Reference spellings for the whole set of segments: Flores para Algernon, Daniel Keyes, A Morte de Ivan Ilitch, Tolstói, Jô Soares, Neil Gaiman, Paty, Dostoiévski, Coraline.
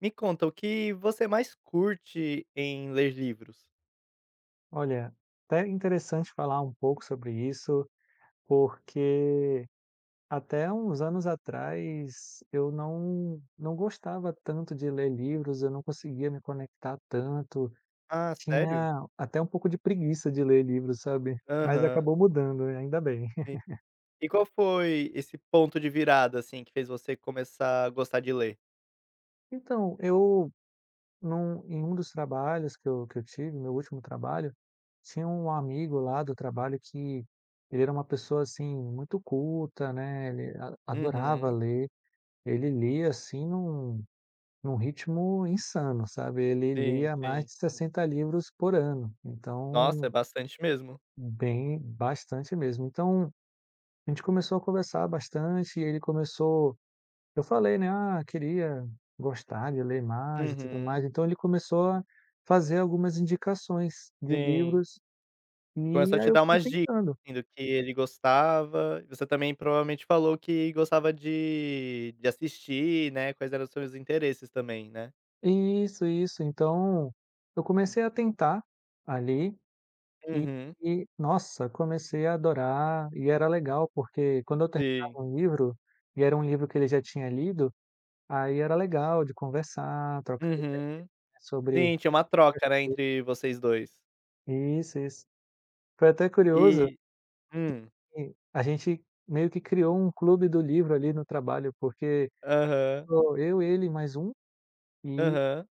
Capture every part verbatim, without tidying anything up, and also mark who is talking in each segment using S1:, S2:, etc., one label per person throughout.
S1: Me conta, o que você mais curte em ler livros?
S2: Olha, até interessante falar um pouco sobre isso, porque até uns anos atrás eu não não gostava tanto de ler livros, eu não conseguia me conectar tanto,
S1: Ah, sério?
S2: tinha até um pouco de preguiça de ler livros, sabe? Mas
S1: Aham,
S2: acabou mudando, né, ainda bem.
S1: sim. E qual foi esse ponto de virada, assim, que fez você começar a gostar de ler?
S2: Então, eu num, em um dos trabalhos que eu, que eu tive, meu último trabalho, tinha um amigo lá do trabalho que ele era uma pessoa assim muito culta, né? Ele a- adorava
S1: Uhum.
S2: ler. Ele lia, assim, num num ritmo insano, sabe, ele
S1: Sim,
S2: lia mais
S1: sim.
S2: de sessenta livros por ano,
S1: Nossa,
S2: então,
S1: é bastante mesmo.
S2: bem bastante mesmo. Então, a gente começou a conversar bastante e ele começou eu falei, né: "Ah, queria gostar de ler mais e tudo
S1: Uhum.
S2: mais", então ele começou a fazer algumas indicações de
S1: Sim.
S2: livros,
S1: Começou
S2: e
S1: a
S2: aí
S1: te
S2: eu
S1: dar
S2: fui
S1: umas dicas,
S2: tentando.
S1: assim, do que ele gostava. Você também provavelmente falou que gostava de de assistir, né, quais eram os seus interesses também, né?
S2: Isso, isso, então, eu comecei a tentar, ali. E
S1: Uhum.
S2: e, nossa, comecei a adorar e era legal, porque quando eu terminava
S1: Sim.
S2: um livro, e era um livro que ele já tinha lido, aí era legal de conversar, trocar ideia
S1: Uhum.
S2: sobre.
S1: Sim, tinha uma troca, né, entre vocês dois.
S2: Isso, isso. Foi até curioso,
S1: E hum.
S2: assim, a gente meio que criou um clube do livro ali no trabalho, porque
S1: Aham,
S2: ficou eu, ele mais um, e
S1: aham.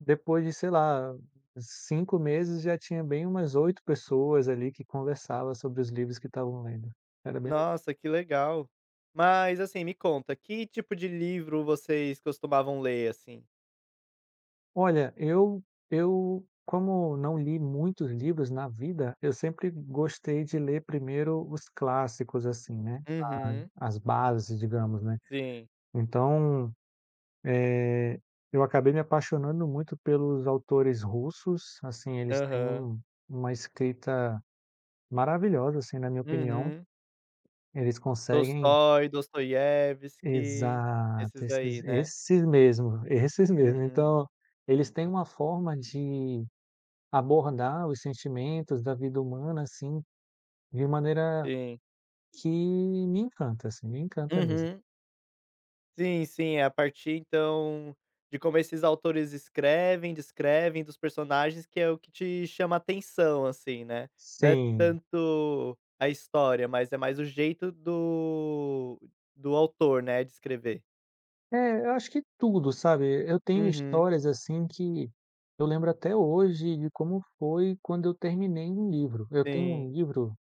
S2: depois de, sei lá, cinco meses já tinha bem umas oito pessoas ali que conversava sobre os livros que estavam lendo. Era bem.
S1: Nossa, que legal. Mas, assim, me conta, que tipo de livro vocês costumavam ler, assim?
S2: Olha, eu eu como não li muitos livros na vida, eu sempre gostei de ler primeiro os clássicos, assim, né,
S1: Uhum.
S2: as bases, digamos, né.
S1: Sim.
S2: Então, eh, eu acabei me apaixonando muito pelos autores russos, assim, eles têm
S1: Aham.
S2: um uma escrita maravilhosa, assim, na minha opinião.
S1: Uhum.
S2: Eles conseguem.
S1: Tolstói, Dostoiévski,
S2: Exato,
S1: esses
S2: esses
S1: daí, né?
S2: esses mesmo, esses mesmo.
S1: Uhum.
S2: Então, eles têm uma forma de abordar os sentimentos da vida humana, assim, de maneira
S1: Sim.
S2: que me encanta, assim, me encanta mesmo.
S1: Uhum. Sim, sim, é a partir então de como esses autores escrevem, descrevem dos personagens que é o que te chama atenção, assim, né. Não é
S2: Sim.
S1: tanto a história, mas é mais o jeito do do autor, né, de escrever.
S2: É, eu acho que tudo, sabe. Eu tenho
S1: Uhum,
S2: histórias, assim, que eu lembro até hoje de como foi quando eu terminei um livro. Eu tenho um
S1: sim.
S2: livro,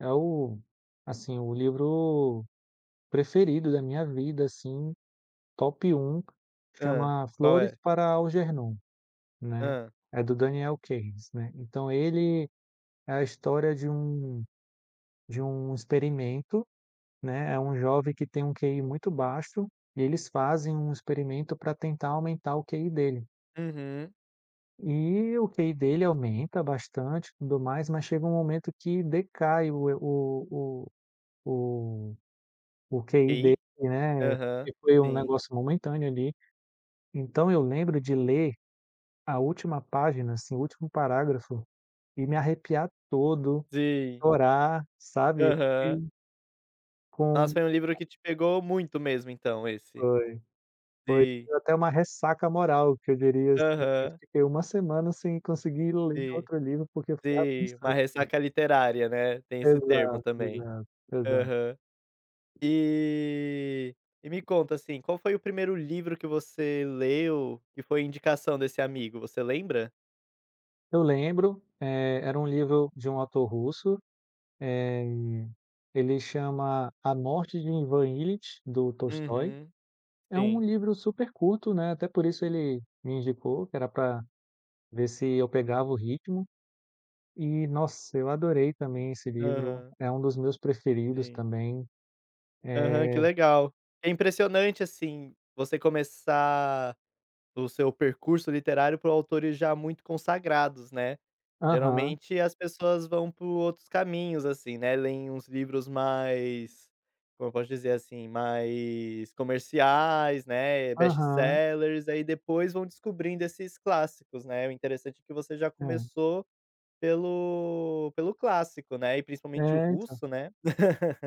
S2: é o assim, o livro preferido da minha vida, assim, top um,
S1: Ah,
S2: chama
S1: qual
S2: Flores
S1: é?
S2: para Algernon, né,
S1: Ah,
S2: é do Daniel Keyes, né. Então ele é a história de um de um experimento, né, é um jovem que tem um Q I muito baixo, e eles fazem um experimento para tentar aumentar o Q I dele.
S1: uhum,
S2: E o Q I dele aumenta bastante, tudo mais, mas chega um momento que decai o e o o o o Q I dele,
S1: ok.
S2: né,
S1: Aham,
S2: porque foi um
S1: sim.
S2: negócio momentâneo ali. Então eu lembro de ler a última página, assim, o último parágrafo, e me arrepiar todo,
S1: Sim,
S2: chorar, sabe,
S1: aham.
S2: fiquei
S1: Nossa,
S2: com.
S1: foi um livro que te pegou muito mesmo então esse?
S2: Foi. Foi
S1: Sim.
S2: até uma ressaca moral, que eu diria, assim, que eu
S1: Aham,
S2: fiquei uma semana sem conseguir ler
S1: sim.
S2: outro livro, porque eu ficava
S1: Sim, uma
S2: pensando.
S1: ressaca literária, né, tem esse termo
S2: Exato,
S1: também.
S2: exato, exato.
S1: Aham. E e me conta, assim, qual foi o primeiro livro que você leu que foi indicação desse amigo, você lembra?
S2: Eu lembro, eh, era um livro de um autor russo, ele chama A Morte de Ivan Ilitch, do Tolstói.
S1: Uhum,
S2: É um
S1: sim.
S2: livro super curto, né, até por isso ele me indicou, que era pra ver se eu pegava o ritmo. E, nossa, eu adorei também esse livro,
S1: Aham,
S2: é um dos meus preferidos
S1: sim.
S2: também.
S1: Aham, que legal. É impressionante, assim, você começar o seu percurso literário por autores já muito consagrados, né.
S2: Aham,
S1: Geralmente as pessoas vão por outros caminhos, assim, né, leem uns livros mais, como eu posso dizer assim, mais comerciais, né,
S2: aham.
S1: best-sellers, aí depois vão descobrindo esses clássicos, né. O interessante é que você já
S2: É.
S1: começou pelo pelo clássico, né, e principalmente o
S2: É.
S1: russo, né.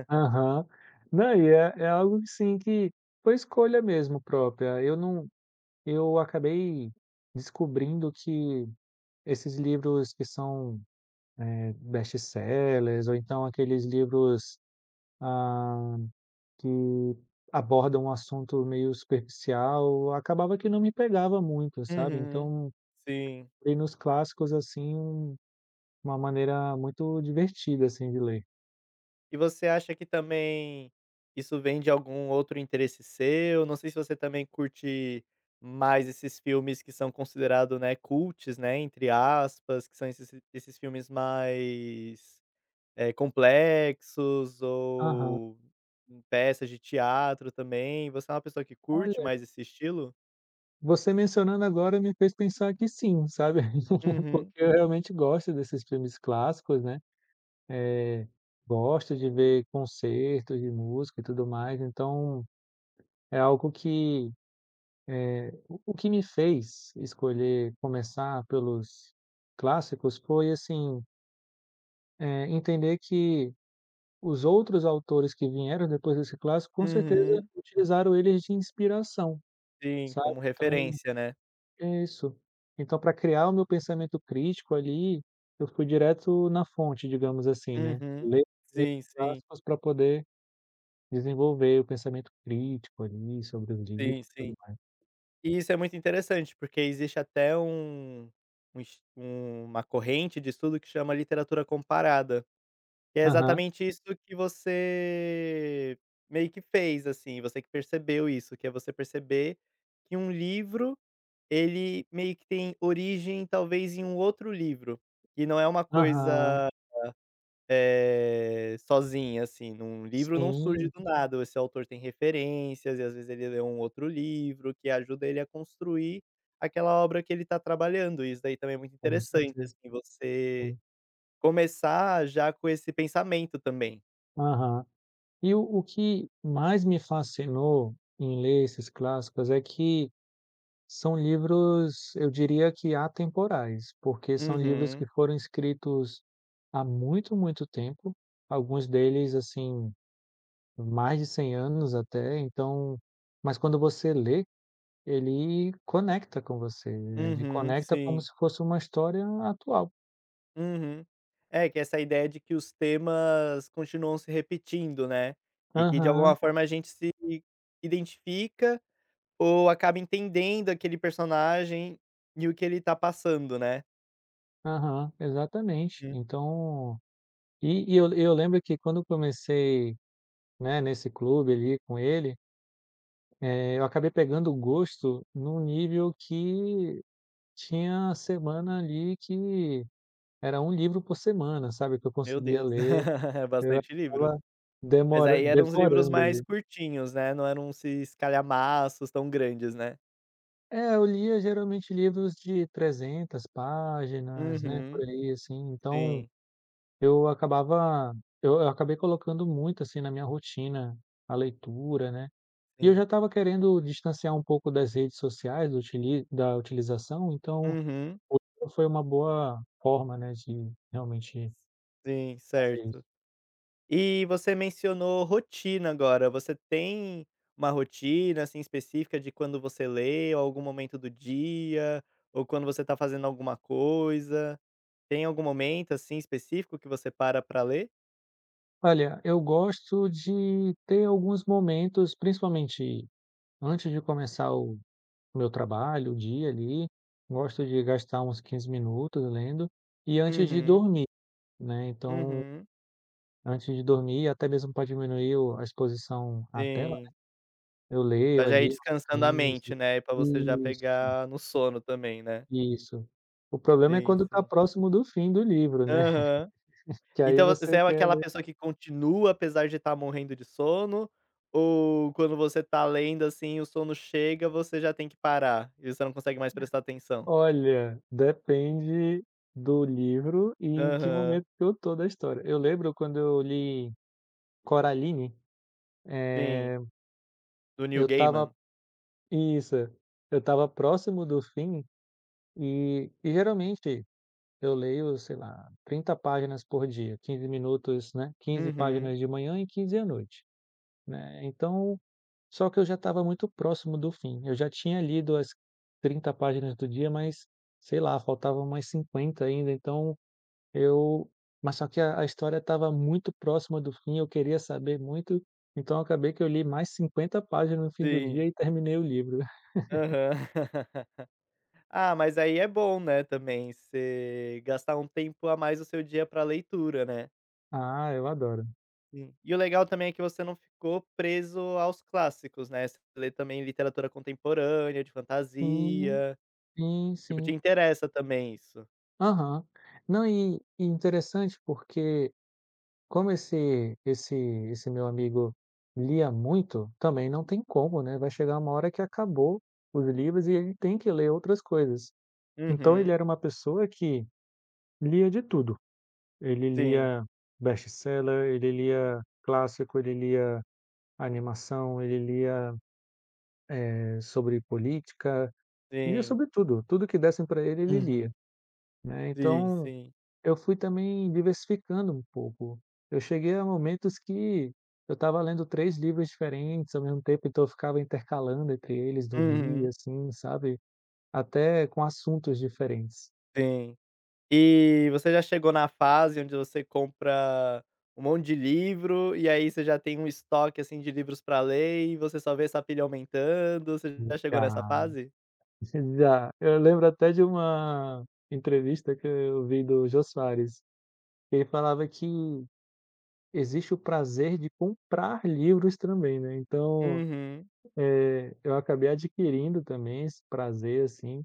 S2: Aham. Não, e é é algo sim que foi escolha mesmo própria. Eu não Eu acabei descobrindo que esses livros que são, eh, best-sellers ou então aqueles livros, ah, que abordam um assunto meio superficial, acabava que não me pegava muito, sabe.
S1: Uhum.
S2: Então,
S1: Sim.
S2: li nos clássicos, assim, um- uma maneira muito divertida, assim, de ler.
S1: E você acha que também isso vem de algum outro interesse seu? Não sei se você também curte mais esses filmes que são considerados, né, cults, né, entre aspas, que são esses esses filmes mais, eh, complexos,
S2: Aham.
S1: ou peças de teatro também. Você é uma pessoa que curte mais esse estilo?
S2: Você mencionando agora me fez pensar que sim, sabe, porque
S1: Uhum,
S2: eu realmente gosto desses filmes clássicos, né, gosto de ver concertos de música e tudo mais, então é algo que o o que me fez escolher começar pelos clássicos foi, assim, eh, entender que os outros autores que vieram depois desse clássico, com certeza
S1: uhum.
S2: utilizaram eles de inspiração,
S1: Sim,
S2: sabe,
S1: como
S2: então.
S1: referência, né.
S2: É isso. Então, para criar o meu pensamento crítico ali, eu fui direto na fonte, digamos assim, né.
S1: Uhum.
S2: Ler primeiro
S1: Sim,
S2: os primeiros
S1: sim,
S2: clássicos para poder desenvolver o pensamento crítico ali sobre os livros
S1: sim,
S2: e tudo
S1: sim.
S2: mais.
S1: E isso é muito interessante, porque existe até um um es um- uma corrente de estudo que chama literatura comparada, que é
S2: Aham,
S1: exatamente isso que você meio que fez, assim, você que percebeu isso, que é você perceber que um livro, ele meio que tem origem talvez em um outro livro, e não é uma
S2: aham.
S1: coisa, eh, sozinha, assim, num livro não surge
S2: Sim,
S1: do nada, esse autor tem referências e às vezes ele lê um outro livro que ajuda ele a construir aquela obra que ele está trabalhando, isso daí também é muito
S2: com
S1: interessante,
S2: certeza,
S1: assim, você
S2: sim.
S1: começar já com esse pensamento também.
S2: Aham. E o o que mais me fascinou em ler esses clássicos é que são livros, eu diria que atemporais, porque são livros que
S1: Uhum,
S2: foram escritos há muito, muito tempo, alguns deles, assim, mais de cem anos até, então, mas quando você lê, ele conecta com você, ele
S1: uhum,
S2: conecta como
S1: sim,
S2: se fosse uma história atual.
S1: uhum. É, que essa ideia de que os temas continuam se repetindo, né, e que de
S2: Aham,
S1: alguma forma a gente se identifica, ou acaba entendendo aquele personagem e o que ele tá passando, né.
S2: aham, exatamente.
S1: Hum,
S2: Então e e eu eu lembro que quando eu comecei, né, nesse clube ali com ele, eh, eu acabei pegando o gosto num nível que tinha semana ali que era um livro por semana, sabe, que eu
S1: meu
S2: conseguia
S1: Deus,
S2: ler,
S1: é bastante livro.
S2: estava
S1: Mas
S2: demora
S1: aí eram uns livros
S2: devorando
S1: mais
S2: ali.
S1: curtinhos, né, não eram esses calhamaços tão grandes, né.
S2: É, eu lia geralmente livros de trezentas páginas, né, por
S1: Uhum,
S2: aí, assim, então
S1: sim,
S2: eu acabava eu eu acabei colocando muito, assim, na minha rotina a leitura, né. E eu já
S1: sim.
S2: estava querendo distanciar um pouco das redes sociais, do utili da utilização, então
S1: Uhum,
S2: o livro foi uma boa forma, né, de realmente
S1: sim,
S2: fazer.
S1: certo. E você mencionou rotina agora, você tem uma rotina, assim, específica de quando você lê ou algum momento do dia, ou quando você tá fazendo alguma coisa? Tem algum momento, assim, específico que você para pra ler?
S2: Olha, eu gosto de ter alguns momentos, principalmente antes de começar o meu trabalho, o dia ali, gosto de gastar uns quinze minutos lendo e antes de
S1: Uhum,
S2: dormir, né. Então,
S1: uhum.
S2: antes de dormir, até mesmo para diminuir o a exposição à tela,
S1: Sim,
S2: né, eu leio
S1: pra já ir
S2: ali uns
S1: descansando a mente,
S2: quinze.
S1: né, e pra você já
S2: Isso,
S1: pegar no sono também, né?
S2: isso. O problema é
S1: Sim,
S2: quando está
S1: sim.
S2: próximo do fim do livro, né,
S1: Aham.
S2: que aí
S1: Então você
S2: você
S1: é
S2: quer.
S1: aquela pessoa que continua apesar de estar morrendo de sono, ou quando você tá lendo, assim, o sono chega, você já tem que parar e você não consegue mais prestar atenção?
S2: Olha, depende do livro e em que
S1: Aham,
S2: momento que eu tô da história. Eu lembro quando eu li Coraline,
S1: sim. Do Neil
S2: eu estava
S1: Gaiman?
S2: isso, eu estava próximo do fim, e e geralmente eu leio, sei lá, trinta páginas por dia, quinze minutos, né, quinze
S1: Uhum.
S2: páginas de manhã e quinze à noite, né. Então só que eu já estava muito próximo do fim, eu já tinha lido as trinta páginas do dia, mas, sei lá, faltavam mais cinquenta ainda, então. Eu mas só que a a história estava muito próxima do fim, eu queria saber muito, então acabei que eu li mais cinquenta páginas no fim do dia
S1: Sim,
S2: e terminei o livro.
S1: aham. Ah, mas aí é bom, né, também, você gastar um tempo a mais do seu dia pra leitura, né.
S2: Ah, eu adoro.
S1: Sim. E o legal também é que você não ficou preso aos clássicos, né, você lê também literatura contemporânea, de
S2: Sim,
S1: fantasia,
S2: sim,
S1: tipo, te
S2: sim.
S1: interessa também isso.
S2: Aham. Não, e e interessante porque como esse esse esse meu amigo lia muito, também não tem como, né, vai chegar uma hora que acabou os livros e ele tem que ler outras coisas. Então ele
S1: Uhum.
S2: era uma pessoa que lia de tudo. Ele
S1: Sim,
S2: lia best-seller, ele lia clássico, ele lia animação, ele lia, eh, sobre política, ele lia
S1: sim.
S2: sobre tudo, tudo que dessem para ele, ele lia,
S1: Uhum.
S2: né.
S1: Sim,
S2: Então,
S1: sim.
S2: eu fui também diversificando um pouco. Eu cheguei a momentos que eu estava lendo três livros diferentes ao mesmo tempo, então eu ficava intercalando entre eles no dia,
S1: Uhum.
S2: assim, sabe, até com assuntos diferentes.
S1: Sim. E você já chegou na fase onde você compra um monte de livro, e aí você já tem um estoque, assim, de livros pra ler, e você só vê essa pilha aumentando, você já chegou nessa
S2: Já.
S1: fase?
S2: Já, eu lembro até de uma entrevista que eu vi do Jô Soares, ele falava que existe o prazer de comprar livros também, né, então
S1: Uhum.
S2: eu acabei adquirindo também esse prazer, assim,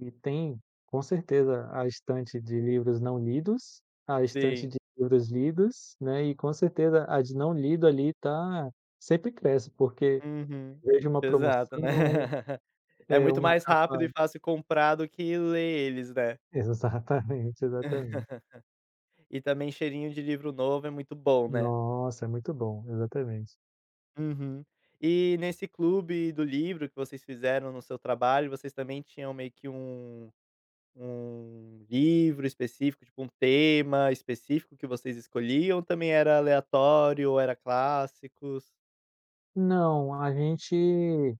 S2: e tem, com certeza, a estante de livros não lidos, a estante de
S1: Sim.
S2: livros lidos, né, e com certeza a de não lido ali tá sempre cresce, porque
S1: Uhum.
S2: vejo uma
S1: Exato, né.
S2: promoção,
S1: É
S2: eh,
S1: muito
S2: uma
S1: mais rápido
S2: capa.
S1: e fácil comprar do que ler eles, né.
S2: Exatamente, exatamente.
S1: E também cheirinho de livro novo é muito bom, né.
S2: Nossa, é muito bom, exatamente.
S1: Uhum. E nesse clube do livro que vocês fizeram no seu trabalho, vocês também tinham meio que um um livro específico, tipo um tema específico que vocês escolhiam, também era aleatório, ou era clássicos?
S2: Não, a gente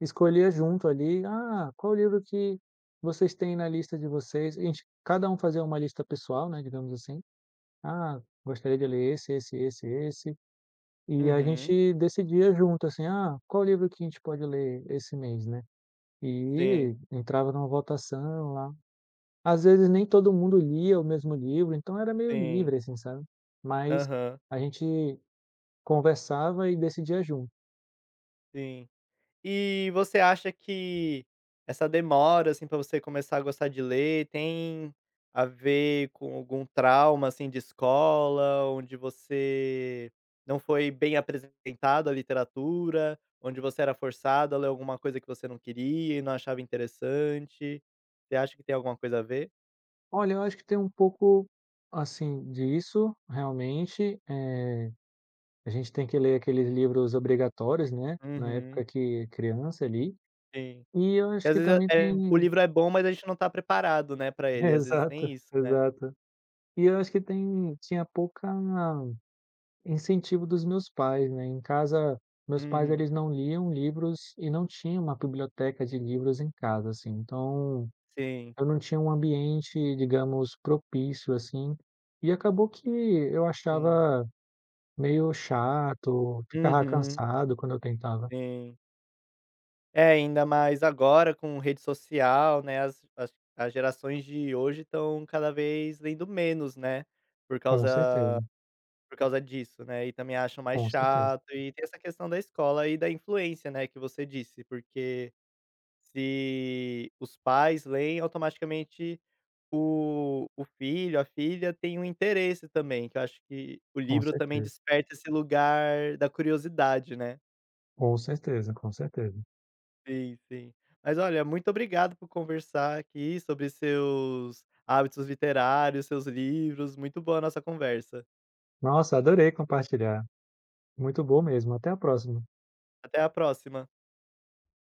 S2: escolhia junto ali: "Ah, qual livro que vocês têm na lista de vocês?" A gente cada um fazia uma lista pessoal, né, digamos assim: "Ah, gostaria de ler esse, esse, esse, esse", e a
S1: Uhum.
S2: gente decidia junto, assim: "Ah, qual livro que a gente pode ler esse mês, né?"
S1: Sim,
S2: E entrava numa votação lá. Às vezes nem todo mundo lia o mesmo livro, então era meio
S1: sim.
S2: livre, assim, sabe. Mas
S1: Aham,
S2: a gente conversava e decidia junto.
S1: sim. E você acha que essa demora, assim, pra você começar a gostar de ler, tem a ver com algum trauma, assim, de escola, onde você não foi bem apresentado à literatura, onde você era forçado a ler alguma coisa que você não queria e não achava interessante? Você acha que tem alguma coisa a ver?
S2: Olha, eu acho que tem um pouco, assim, disso, realmente, eh, a gente tem que ler aqueles livros obrigatórios, né, na época
S1: Uhum,
S2: que criança ali,
S1: sim.
S2: e eu
S1: Porque
S2: acho
S1: às
S2: que
S1: vezes
S2: também
S1: é é, o
S2: tem.
S1: livro é bom, mas a gente não tá preparado, né, pra ele, às vezes
S2: Exato,
S1: tem isso, né.
S2: exato. E eu acho que tem tinha pouca incentivo dos meus pais, né, em casa meus pais
S1: Uhum.
S2: eles não liam livros e não tinha uma biblioteca de livros em casa, assim, então
S1: Sim,
S2: eu não tinha um ambiente, digamos, propício, assim, e acabou que eu
S1: sim.
S2: achava meio chato, ficava
S1: Uhum,
S2: cansado quando eu tentava.
S1: sim. É, ainda mais agora com rede social, né, as as as gerações de hoje estão cada vez lendo menos, né, por
S2: Com
S1: causa
S2: certeza,
S1: por causa disso, né, e também acham mais
S2: com certeza,
S1: chato e tem essa questão da escola e da influência, né, que você disse, porque se os pais leem, automaticamente o o filho, a filha tem um interesse também, que eu acho que o
S2: com
S1: livro também
S2: certeza,
S1: desperta esse lugar da curiosidade, né.
S2: com certeza, com certeza.
S1: Sim, sim. Mas olha, muito obrigado por conversar aqui sobre seus hábitos literários, seus livros. Muito boa a nossa conversa.
S2: Nossa, adorei compartilhar. Muito bom mesmo. Até a próxima.
S1: Até a próxima.